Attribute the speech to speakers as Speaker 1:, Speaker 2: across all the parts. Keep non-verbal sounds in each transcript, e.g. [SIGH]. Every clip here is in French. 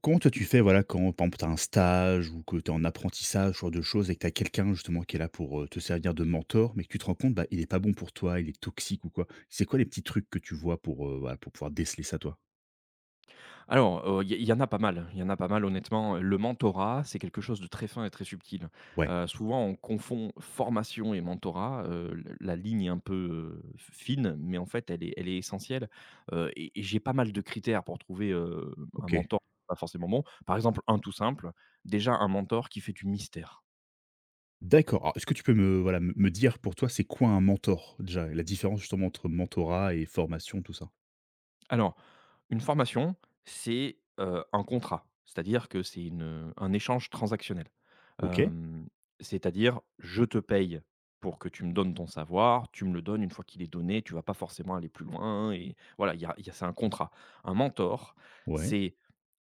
Speaker 1: Comment toi tu fais, voilà, quand par exemple tu as un stage ou que tu es en apprentissage, ce genre de choses et que tu as quelqu'un justement qui est là pour, te servir de mentor, mais que tu te rends compte, bah, il est pas bon pour toi, il est toxique ou quoi? C'est quoi les petits trucs que tu vois pour, voilà, pour pouvoir déceler ça toi?
Speaker 2: Alors, il y en a pas mal, il y en a pas mal honnêtement. Le mentorat, c'est quelque chose de très fin et très subtil.
Speaker 1: Ouais,
Speaker 2: Souvent on confond formation et mentorat, l la ligne est un peu, fine, mais en fait elle est essentielle. Et j'ai pas mal de critères pour trouver, un
Speaker 1: OK,
Speaker 2: mentor pas forcément bon. Par exemple, un tout simple, déjà un mentor qui fait du mystère.
Speaker 1: d'accord. Alors est-ce que tu peux me, voilà, me dire pour toi c'est quoi un mentor déjà? La différence justement entre mentorat et formation tout ça?
Speaker 2: Alors, une formation, c'est, un contrat, c'est-à-dire que c'est un échange transactionnel.
Speaker 1: OK,
Speaker 2: Hem, c'est-à-dire, je te paye pour que tu me donnes ton savoir, tu me le donnes une fois qu'il est donné, tu vas pas forcément aller plus loin et voilà, il y a c'est un contrat. Un mentor,
Speaker 1: ouais,
Speaker 2: c'est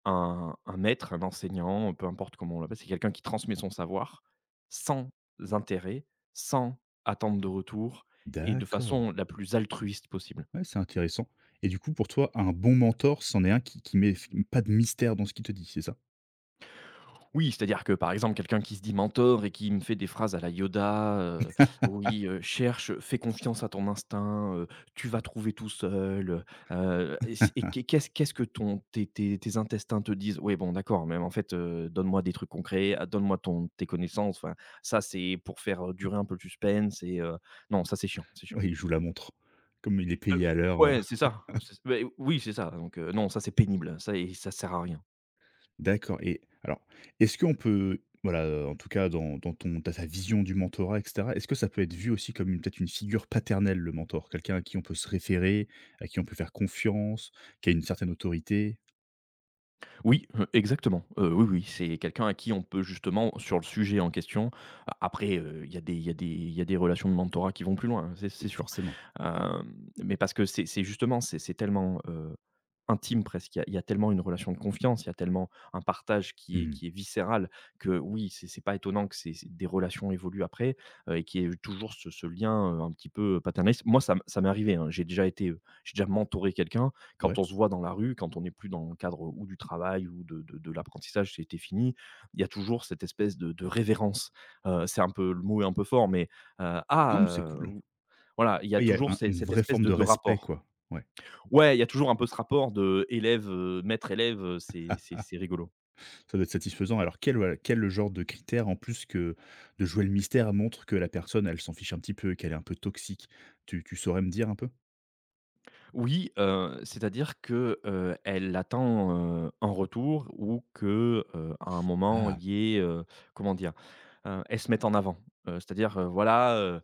Speaker 2: un maître, un enseignant, peu importe comment on l'appelle, c'est quelqu'un qui transmet son savoir sans intérêt, sans attente de retour et de
Speaker 1: d'accord.
Speaker 2: façon la plus altruiste possible.
Speaker 1: Ouais, c'est intéressant et du coup pour toi un bon mentor c'en est un qui met pas de mystère dans ce qu'il te dit, c'est ça?
Speaker 2: Oui, c'est-à-dire que, par exemple, quelqu'un qui se dit mentor et qui me fait des phrases à la Yoda, oui, «Cherche, fais confiance à ton instinct, tu vas trouver tout seul», et si et qu'est qu'est-ce qu'est-ce que ton tes tes tes intestins te disent? Oui, bon, d'accord, mais en fait, donne-moi des trucs concrets, ah, donne-moi ton tes connaissances, enfin, ça, c'est pour faire, durer un peu le suspense et non, ça, c'est chiant, c'est chiant.
Speaker 1: Oui, il joue la montre. Comme il est
Speaker 2: Heu,
Speaker 1: payé à l'heure,
Speaker 2: ouais, c'est ça, c'est s oui, c'est ça, donc non, ça, c'est pénible, ça et ça sert à rien.
Speaker 1: d'accord et alors, est-ce qu'on peut voilà, en tout cas dans ton dans ta vision du mentorat et cetera, est-ce que ça peut être vu aussi comme une peut-être une figure paternelle, le mentor? Quelqu'un à qui on peut se référer, à qui on peut faire confiance, qui a une certaine autorité?
Speaker 2: Oui, exactement. Oui, oui, c'est quelqu'un à qui on peut justement sur le sujet en question. A Après, il y a des il y a des il y a des relations de mentorat qui vont plus loin, hein, c'est
Speaker 1: Oui,
Speaker 2: sûr.
Speaker 1: forcément.
Speaker 2: Hem, mais parce que c'est justement, c'est tellement, intime presque, il y a tellement une relation de confiance, il y a tellement un partage qui est
Speaker 1: Mmh.
Speaker 2: qui est viscéral que oui, c'est pas étonnant que ces ces des relations évoluent après, et qu'il y ait toujours ce lien, un petit peu paternaliste. Moi, ça m'est arrivé, hein, j'ai déjà mentoré quelqu'un
Speaker 1: Ouais.
Speaker 2: quand on se voit dans la rue, quand on n'est plus dans le cadre ou du travail ou de l'apprentissage, c'était fini, il y a toujours cette espèce de révérence. C'est un peu le mot est un peu fort, mais,
Speaker 1: Non,
Speaker 2: ah,
Speaker 1: mais c'est cool.
Speaker 2: voilà, il y a
Speaker 1: Ouais, il y a
Speaker 2: toujours
Speaker 1: un
Speaker 2: ces
Speaker 1: une
Speaker 2: cette
Speaker 1: vraie
Speaker 2: espèce
Speaker 1: forme
Speaker 2: de
Speaker 1: de
Speaker 2: de
Speaker 1: respect,
Speaker 2: rapport.
Speaker 1: quoi. Ouais.
Speaker 2: Ouais, il y a toujours un peu ce rapport maître élève, c'est rigolo.
Speaker 1: Ça doit être satisfaisant. Alors quel, voilà, quel genre de critère, en plus que de jouer le mystère, montre que la personne, elle s'en fiche un petit peu, qu'elle est un peu toxique? Tu saurais me dire un peu?
Speaker 2: Oui, c'est-à-dire que, elle attend, un retour ou que, à un moment
Speaker 1: Ah!
Speaker 2: il y ait, comment dire? Elle se mette en avant. C'est-à-dire, voilà,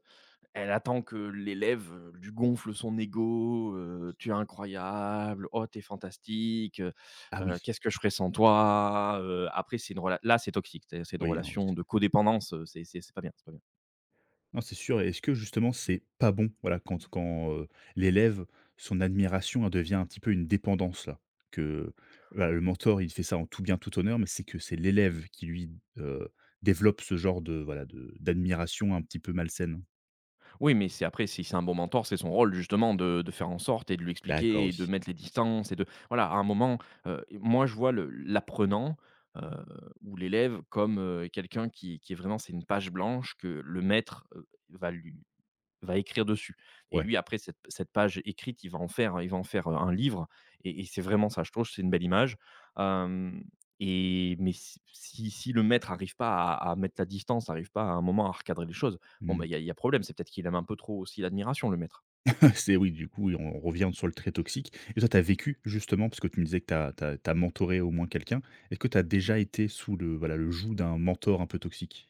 Speaker 2: elle attend que l'élève, lui gonfle son ego: «Tu es incroyable, oh t'es fantastique,
Speaker 1: Ah oui,
Speaker 2: qu'est-ce que je ferais sans toi?» Après, c'est une rela là, c'est toxique, c'est une
Speaker 1: oui, non, oui.
Speaker 2: relation de codépendance, c'est pas bien, c'est pas bien.
Speaker 1: Non, c'est sûr et est-ce que justement c'est pas bon, voilà, quand l'élève, son admiration, elle devient un petit peu une dépendance là? Que, bah, le mentor, il fait ça en tout bien, tout honneur, mais c'est que c'est l'élève qui lui, heu, développe ce genre de, voilà, de d'admiration un petit peu malsaine?
Speaker 2: Oui, mais c'est après si c'est un bon mentor, c'est son rôle justement de faire en sorte et de lui
Speaker 1: D'accord,
Speaker 2: expliquer et de
Speaker 1: oui.
Speaker 2: mettre les distances et de voilà, à un moment, moi je vois le l'apprenant, heu, ou l'élève comme, quelqu'un qui est vraiment c'est une page blanche que le maître, va écrire dessus. Et
Speaker 1: Ouais.
Speaker 2: lui, après cette page écrite, il va en faire, un livre et c'est vraiment ça. Je trouve c'est une belle image, hem et mais si si le maître arrive pas à mettre la distance, arrive pas à un moment à recadrer les choses, bon, bah,
Speaker 1: Mmh.
Speaker 2: il y a problème. C'est peut-être qu'il aime un peu trop aussi l'admiration, le maître.
Speaker 1: [LAUGHS] C'est oui, du coup, oui, on revient sur le trait toxique et toi, tu as vécu justement, parce que tu me disais que tu as tu mentoré au moins quelqu'un. Est-ce que tu as déjà été sous le, voilà, le joug d'un mentor un peu toxique?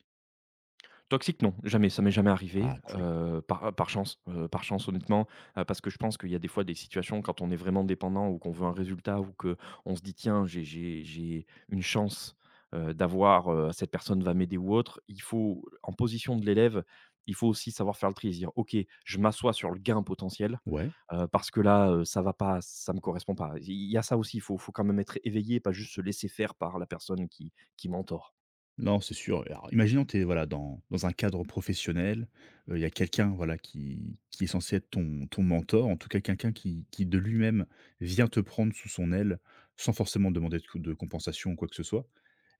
Speaker 2: Toxique, non, jamais, ça m'est jamais arrivé,
Speaker 1: Ah cool.
Speaker 2: par chance, par chance honnêtement, parce que je pense qu'il y a des fois des situations quand on est vraiment dépendant ou qu'on veut un résultat ou que on se dit: «Tiens, j'ai une chance, d'avoir, cette personne va m'aider ou autre». Il faut en position de l'élève, il faut aussi savoir faire le tri et se dire: «OK, je m'assois sur le gain potentiel,
Speaker 1: Ouais.
Speaker 2: parce que là, ça va pas, ça me correspond pas». Il y a ça aussi, il faut quand même être éveillé, pas juste se laisser faire par la personne qui mentor.
Speaker 1: Non, c'est sûr. Alors, imaginons que tu es, voilà, dans un cadre professionnel, il y a quelqu'un, voilà, qui est censé être ton mentor, en tout cas quelqu'un qui de lui-même vient te prendre sous son aile, sans forcément demander de co de compensation ou quoi que ce soit.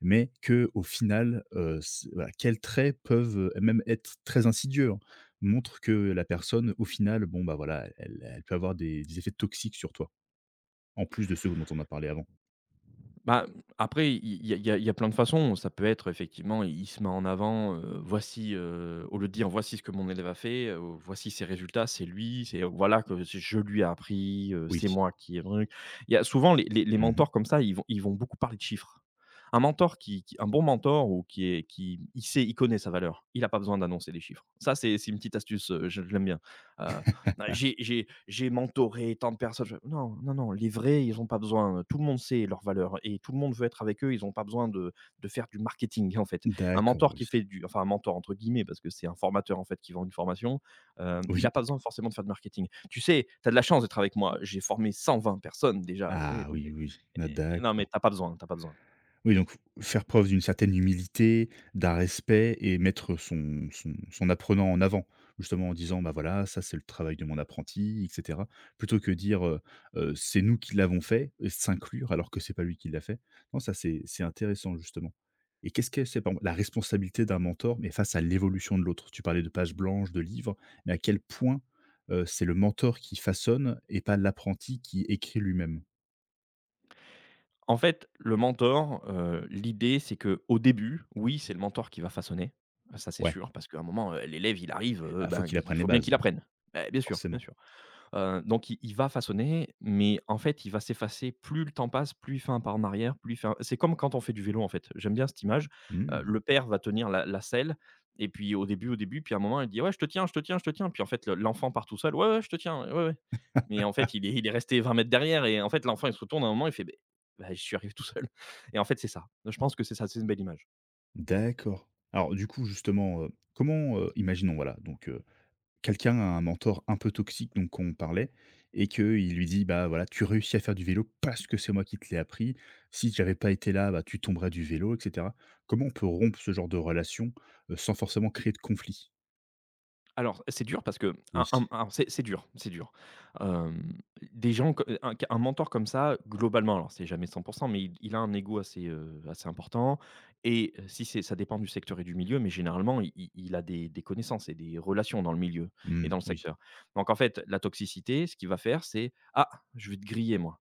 Speaker 1: Mais que au final, c voilà, quels traits peuvent, même être très insidieux, hein, montrent que la personne, au final, bon, bah, voilà, elle peut avoir des effets toxiques sur toi, en plus de ceux dont on a parlé avant.
Speaker 2: Bah, après, il y a plein de façons. Ça peut être effectivement, il se met en avant, voici, au lieu de dire: «Voici ce que mon élève a fait, voici ses résultats, c'est lui, c'est oh, voilà que c'est je lui ai appris,
Speaker 1: Oui.
Speaker 2: c'est moi qui ai truc». Il y a souvent les
Speaker 1: Mmh.
Speaker 2: mentors comme ça, ils vont beaucoup parler de chiffres. Un mentor qui un bon mentor ou qui il sait, il connaît sa valeur. Il a pas besoin d'annoncer les chiffres. Ça, c'est une petite astuce, je l'aime bien. Euh, j'ai mentoré tant de personnes. Je Non, non, non, les vrais, ils ont pas besoin, tout le monde sait leur valeur et tout le monde veut être avec eux, ils ont pas besoin de faire du marketing, en fait. Un
Speaker 1: D'accord,
Speaker 2: mentor
Speaker 1: oui.
Speaker 2: qui fait du enfin un «mentor» entre guillemets parce que c'est un formateur, en fait, qui vend une formation, il
Speaker 1: Oui.
Speaker 2: a pas besoin forcément de faire du marketing. Tu sais, tu as de la chance d'être avec moi, j'ai formé 120 personnes déjà, oui,
Speaker 1: Ah
Speaker 2: non
Speaker 1: oui,
Speaker 2: mais
Speaker 1: oui. Ah d'accord.
Speaker 2: t'as pas besoin, t'as pas besoin.
Speaker 1: Oui, donc faire preuve d'une certaine humilité, d'un respect et mettre son apprenant en avant. Justement en disant: «Bah, voilà, ça c'est le travail de mon apprenti» et cetera. Plutôt que dire, «C'est nous qui l'avons fait» et s'inclure alors que c'est pas lui qui l'a fait. Non, ça c'est intéressant justement. Et qu'est-ce que c'est, par exemple, la responsabilité d'un mentor, mais face à l'évolution de l'autre? Tu parlais de pages blanches, de livres, mais à quel point, c'est le mentor qui façonne et pas l'apprenti qui écrit lui-même?
Speaker 2: En fait, le mentor, l'idée c'est que au début, oui, c'est le mentor qui va façonner, ça c'est
Speaker 1: Ouais,
Speaker 2: sûr, parce qu'à un moment, l'élève il arrive,
Speaker 1: ah, faut
Speaker 2: ben,
Speaker 1: qu'il
Speaker 2: il
Speaker 1: apprenne les
Speaker 2: faut bien
Speaker 1: bases,
Speaker 2: qu'il apprenne. Bien sûr, bien
Speaker 1: forcément.
Speaker 2: sûr. Donc il va façonner, mais en fait, il va s'effacer. Plus le temps passe, plus il fait un pas en arrière, plus il fait un c'est comme quand on fait du vélo, en fait. J'aime bien cette image. Heu,
Speaker 1: Mmh.
Speaker 2: le père va tenir la selle et puis au début, puis à un moment, il dit: «Ouais, je te tiens, je te tiens, je te tiens». Puis en fait, le l'enfant part tout seul: «Ouais, ouais, je te tiens, ouais, ouais». Mais en fait, il est resté 20 mètres derrière et en fait, l'enfant, il se retourne à un moment, il fait: bah, je suis arrivé tout seul» et en fait, c'est ça. Je pense que c'est ça, c'est une belle image.
Speaker 1: D'accord. Alors du coup justement, comment, imaginons voilà donc, quelqu'un a un mentor un peu toxique donc qu'on parlait et qu'il lui dit: «Bah voilà, tu réussis à faire du vélo parce que c'est moi qui te l'ai appris. Si j'avais pas été là, bah tu tomberais du vélo» et cetera. Comment on peut rompre ce genre de relation, sans forcément créer de conflit?
Speaker 2: Alors, c'est dur parce que
Speaker 1: Oui.
Speaker 2: un alors c'est dur, c'est dur. Hem, des gens co un mentor comme ça, globalement, alors c'est jamais 100% mais il a un ego assez, assez important. Et si c'est Ça dépend du secteur et du milieu, mais généralement, il a des connaissances et des relations dans le milieu et
Speaker 1: Mmh,
Speaker 2: dans le
Speaker 1: oui.
Speaker 2: secteur. Donc en fait, la toxicité, ce qu'il va faire, c'est: «Ah, je vais te griller moi.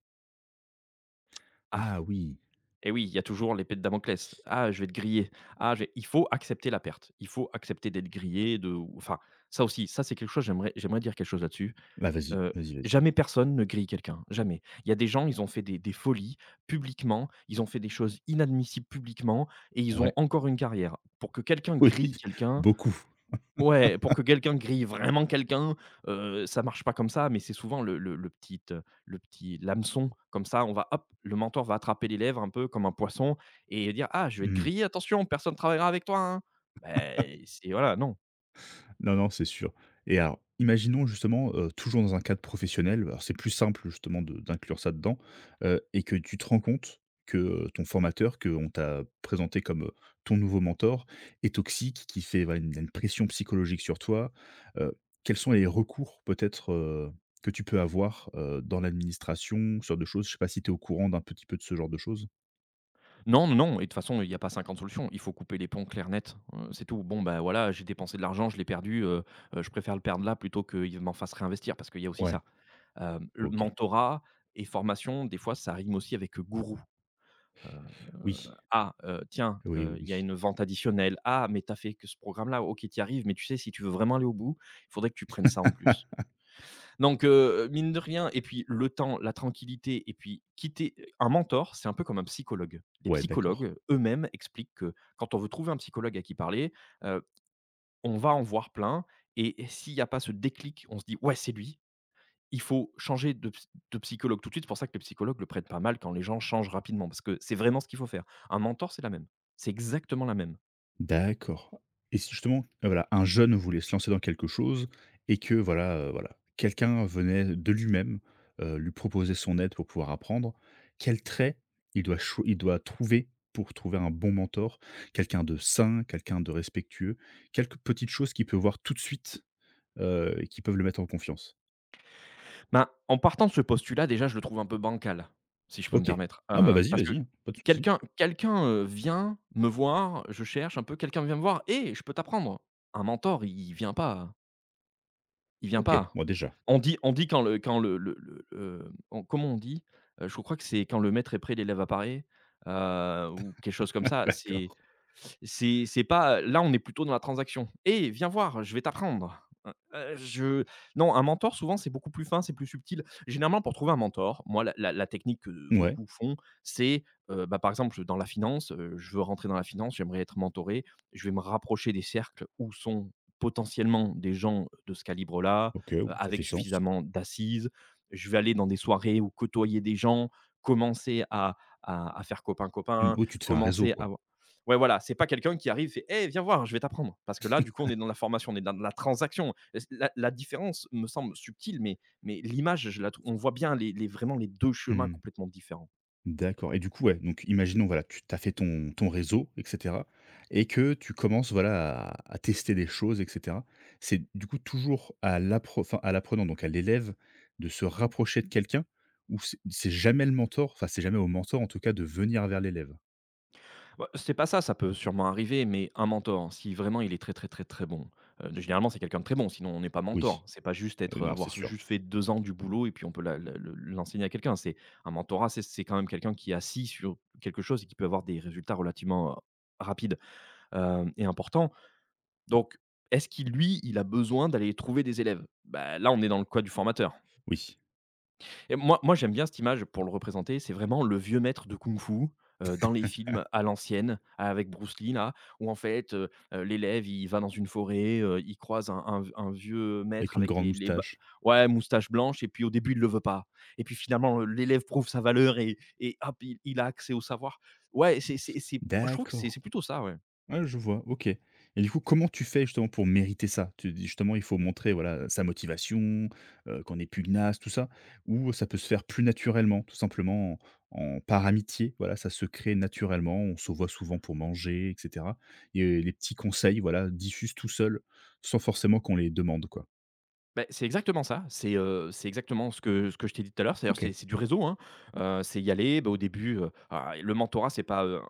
Speaker 2: Ah,
Speaker 1: Ah oui.
Speaker 2: et oui, il y a toujours l'épée de Damoclès. «Ah, je vais être grillé. Ah, je vais» il faut accepter la perte. Il faut accepter d'être grillé, de enfin, ça aussi, ça, c'est quelque chose, j'aimerais dire quelque chose là-dessus.
Speaker 1: Bah vas-y,
Speaker 2: Heu,
Speaker 1: vas-y, vas-y.
Speaker 2: jamais personne ne grille quelqu'un, jamais. Il y a des gens, ils ont fait des folies publiquement, ils ont fait des choses inadmissibles publiquement et ils ont
Speaker 1: Ouais,
Speaker 2: encore une carrière. Pour que quelqu'un
Speaker 1: [LAUGHS] oui,
Speaker 2: grille quelqu'un.
Speaker 1: beaucoup.
Speaker 2: Ouais, pour que quelqu'un grille vraiment quelqu'un, ça marche pas comme ça, mais c'est souvent le petit, l'hameçon comme ça, on va hop, le mentor va attraper les lèvres un peu comme un poisson et dire: «Ah, je vais te
Speaker 1: Mmh.
Speaker 2: griller, attention, personne ne travaillera avec toi, hein». C'est voilà, non.
Speaker 1: Non, non, c'est sûr. Et alors, imaginons justement, toujours dans un cadre professionnel, alors c'est plus simple justement de d'inclure ça dedans, et que tu te rends compte que, ton formateur, qu'on t'a présenté comme, ton nouveau mentor est toxique, qui fait voilà une pression psychologique sur toi. Heu, quels sont les recours peut-être, que tu peux avoir, dans l'administration, ce genre de choses? Je sais pas si tu es au courant d'un petit peu de ce genre de choses?
Speaker 2: Non, non, non et de toute façon, il y a pas 50 solutions. Il faut couper les ponts clair net, c'est tout. Bon, ben voilà, j'ai dépensé de l'argent, je l'ai perdu, je préfère le perdre là plutôt qu'il m'en fasse réinvestir parce qu'il y a aussi
Speaker 1: Ouais,
Speaker 2: ça. Le
Speaker 1: OK.
Speaker 2: mentorat et formation, des fois, ça rime aussi avec, gourou. Heu,
Speaker 1: Oui.
Speaker 2: ah, tiens,
Speaker 1: Oui, oui, oui.
Speaker 2: il y a une vente additionnelle. Ah, mais t'as fait que ce programme-là. OK, tu y arrives, mais tu sais, si tu veux vraiment aller au bout, il faudrait que tu prennes ça en plus.
Speaker 1: [LAUGHS]
Speaker 2: Donc, mine de rien et puis le temps, la tranquillité et puis quitter un mentor, c'est un peu comme un psychologue. Les
Speaker 1: Ouais, d'accord.
Speaker 2: psychologues eux-mêmes expliquent que quand on veut trouver un psychologue à qui parler, heu, on va en voir plein et s'il n'y a pas ce déclic, on se dit: «Ouais, c'est lui». Il faut changer de ps de psychologue tout de suite. C'est pour ça que les psychologues le prennent pas mal quand les gens changent rapidement, parce que c'est vraiment ce qu'il faut faire. Un mentor, c'est la même. C'est exactement la même.
Speaker 1: D'accord. Et si justement, voilà, un jeune voulait se lancer dans quelque chose et que voilà, voilà, quelqu'un venait de lui-même, lui proposer son aide pour pouvoir apprendre, quel trait il doit cho il doit trouver pour trouver un bon mentor? Quelqu'un de sain, quelqu'un de respectueux, quelques petites choses qu'il peut voir tout de suite, et qui peuvent le mettre en confiance?
Speaker 2: Ben, en partant de ce postulat, déjà, je le trouve un peu bancal, si je peux me
Speaker 1: OK.
Speaker 2: permettre,
Speaker 1: Ah bah, vas-y,
Speaker 2: parce que
Speaker 1: vas-y, hein, pas de souci.
Speaker 2: quelqu'un, vient me voir, je cherche un peu, quelqu'un vient me voir: et je peux t'apprendre». Un mentor, il vient pas, il vient
Speaker 1: OK,
Speaker 2: pas.
Speaker 1: moi déjà.
Speaker 2: On dit quand le on comment on dit? Je crois que c'est quand le maître est prêt, l'élève apparaît, ou quelque chose comme
Speaker 1: [LAUGHS]
Speaker 2: ça. C'est
Speaker 1: D'accord.
Speaker 2: C'est c'est pas là, on est plutôt dans la transaction. Et viens voir, je vais t'apprendre». Je non, un mentor, souvent, c'est beaucoup plus fin, c'est plus subtil. Généralement, pour trouver un mentor, moi, la technique que
Speaker 1: Ouais,
Speaker 2: beaucoup font, c'est, bah, par exemple, dans la finance, je veux rentrer dans la finance, j'aimerais être mentoré. Je vais me rapprocher des cercles où sont potentiellement des gens de ce calibre-là,
Speaker 1: OK, oui, ça fait
Speaker 2: avec
Speaker 1: sens.
Speaker 2: suffisamment d'assises. Je vais aller dans des soirées où côtoyer des gens, commencer à faire
Speaker 1: Mmh,
Speaker 2: copain-copain,
Speaker 1: oui, tu te fais un réseau,
Speaker 2: commencer
Speaker 1: quoi.
Speaker 2: à ouais, voilà, c'est pas quelqu'un qui arrive et fait «Eh, viens voir, je vais t'apprendre». Parce que là, du coup, on est dans la formation, on est dans la transaction. La différence me semble subtile, mais l'image, on voit bien les, vraiment les deux chemins
Speaker 1: Mmh.
Speaker 2: complètement différents.
Speaker 1: D'accord et du coup, ouais, donc imaginons, voilà, tu as fait ton réseau et cetera et que tu commences, voilà, à tester des choses et cetera. C'est du coup toujours à l'appre enfin, à l'apprenant, donc à l'élève de se rapprocher de quelqu'un ou c'est jamais le mentor, enfin, c'est jamais au mentor, en tout cas, de venir vers l'élève?
Speaker 2: Bah, c'est pas ça, ça peut sûrement arriver, mais un mentor, si vraiment il est très, très, très, très bon, généralement, c'est quelqu'un de très bon, sinon on n'est pas mentor.
Speaker 1: Oui,
Speaker 2: C'est pas juste être,
Speaker 1: non, c'est
Speaker 2: avoir
Speaker 1: sûr.
Speaker 2: juste fait 2 ans du boulot et puis on peut l'enseigner à quelqu'un. C'est un mentorat, c'est quand même quelqu'un qui est assis sur quelque chose et qui peut avoir des résultats relativement rapides et importants. Donc, est-ce qu'il lui, il a besoin d'aller trouver des élèves? Bah, là, on est dans le quoi du formateur
Speaker 1: Oui,
Speaker 2: et moi, j'aime bien cette image pour le représenter, c'est vraiment le vieux maître de kung-fu, dans les films à l'ancienne, avec Bruce Lee là, où en fait, l'élève, il va dans une forêt, il croise un vieux maître
Speaker 1: avec une
Speaker 2: avec
Speaker 1: grande
Speaker 2: les ba
Speaker 1: moustache.
Speaker 2: ouais, moustache blanche et puis au début, il ne le veut pas et puis finalement, l'élève prouve sa valeur et hop, il a accès au savoir. Ouais, c'est moi, je trouve que c'est
Speaker 1: D'accord.
Speaker 2: c'est plutôt ça, ouais.
Speaker 1: Ouais, je vois, OK. Et du coup, comment tu fais justement pour mériter ça? Tu dis justement il faut montrer voilà sa motivation, qu'on est pugnace, tout ça? Ou ça peut se faire plus naturellement, tout simplement en en par amitié, voilà, ça se crée naturellement, on se voit souvent pour manger, et cetera? Et les petits conseils, voilà, diffusent tout seuls, sans forcément qu'on les demande, quoi?
Speaker 2: Ben c'est exactement ça. C'est exactement ce que je t'ai dit tout à l'heure. C'est-à-dire
Speaker 1: OK.
Speaker 2: c'est du réseau, hein. C'est y aller, ben au début, ah, le mentorat, c'est pas,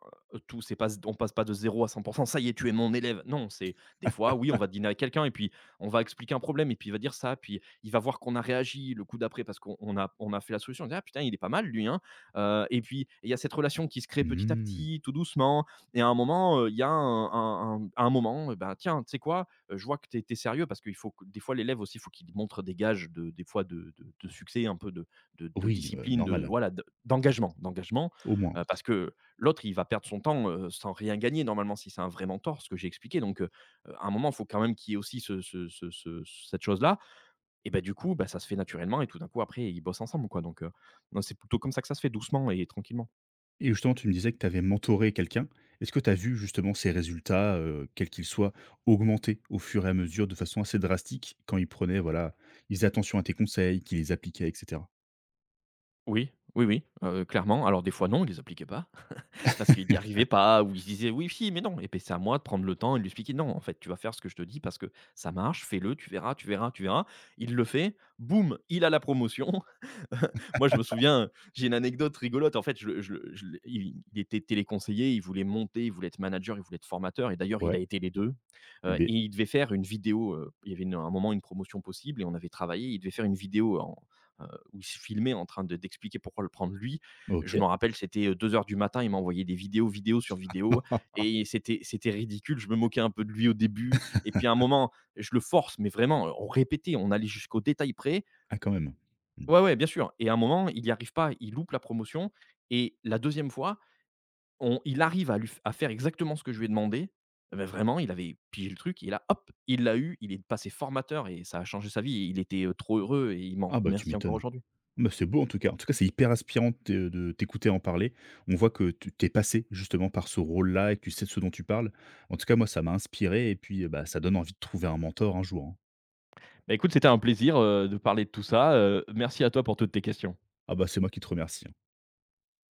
Speaker 2: tout, c'est pas on passe pas de zéro à 100%. Ça y est, tu es mon élève. Non, c'est des fois, oui, on va dîner avec quelqu'un et puis on va expliquer un problème et puis il va dire ça, puis il va voir qu'on a réagi le coup d'après parce qu'on on a fait la solution. Il dit: «Ah putain, il est pas mal lui, hein». Et puis il y a cette relation qui se crée petit à
Speaker 1: Mmh.
Speaker 2: petit, tout doucement et à un moment, il y a un à un moment, ben tiens, tu sais quoi? Je vois que tu es sérieux parce qu'il faut que des fois l'élève aussi, il faut qu'il montre des gages de des fois de de succès, un peu de de
Speaker 1: Oui,
Speaker 2: discipline, de
Speaker 1: normal, hein,
Speaker 2: voilà, de d'engagement,
Speaker 1: au moins, oui.
Speaker 2: parce que l'autre, il va perdre son temps, sans rien gagner normalement si c'est un vrai mentor, ce que j'ai expliqué donc à un moment, il faut quand même qu'il y ait aussi ce ce ce ce cette chose-là et ben du coup, bah, ça se fait naturellement et tout d'un coup après, ils bossent ensemble quoi donc non, c'est plutôt comme ça que ça se fait, doucement et tranquillement.
Speaker 1: Et justement, tu me disais que tu avais mentoré quelqu'un. Est-ce que tu as vu justement ces résultats, quels qu'ils soient, augmenter au fur et à mesure de façon assez drastique quand ils prenaient voilà, ils faisaient attention à tes conseils, qu'ils les appliquaient et cetera?
Speaker 2: Oui, oui, oui, clairement. Alors des fois non, ils les appliquaient pas. Parce qu'il n'y
Speaker 1: [LAUGHS]
Speaker 2: arrivait pas ou il se disait: «Oui, si, mais non» et puis c'est à moi de prendre le temps et de lui expliquer: «Non, en fait, tu vas faire ce que je te dis parce que ça marche, fais-le, tu verras, tu verras, tu verras». Il le fait, boum, il a la promotion. Moi, je me souviens, j'ai une anecdote rigolote. En fait, je il était téléconseiller, il voulait monter, il voulait être manager, il voulait être formateur et d'ailleurs, il
Speaker 1: Ouais,
Speaker 2: a été les 2.
Speaker 1: et beh,
Speaker 2: Et il devait faire une vidéo, il y avait une un moment une promotion possible et on avait travaillé. Il devait faire une vidéo en heu, où il se filmait en train de d'expliquer pourquoi le prendre lui. Je me
Speaker 1: OK.
Speaker 2: rappelle, c'était, 2 heures du matin, il m'a envoyé des vidéos, vidéos sur vidéos,
Speaker 1: [LAUGHS]
Speaker 2: et c'était ridicule. Je me moquais un peu de lui au début et puis à un moment, je le force, mais vraiment, on répétait, on allait jusqu'au détail près.
Speaker 1: Ah quand même. Mmh.
Speaker 2: Ouais, ouais, bien sûr et à un moment, il n'y arrive pas, il loupe la promotion et la deuxième fois, on il arrive à lui f à faire exactement ce que je lui ai demandé, mais vraiment, il avait pigé le truc et là, hop, il l'a eu, il est passé formateur et ça a changé sa vie et il était, trop heureux et il m'en
Speaker 1: Ah bah, tu
Speaker 2: remercie encore
Speaker 1: m'étonnes.
Speaker 2: aujourd'hui.
Speaker 1: Bah, c'est beau en tout cas. En tout cas, c'est hyper inspirant de te de t'écouter en parler. On voit que tu es passé justement par ce rôle-là et que tu sais de ce dont tu parles. En tout cas, moi, ça m'a inspiré et puis, bah, ça donne envie de trouver un mentor un jour, hein.
Speaker 2: Bah, écoute, c'était un plaisir, de parler de tout ça, merci à toi pour toutes tes questions.
Speaker 1: Ah bah, c'est moi qui te remercie.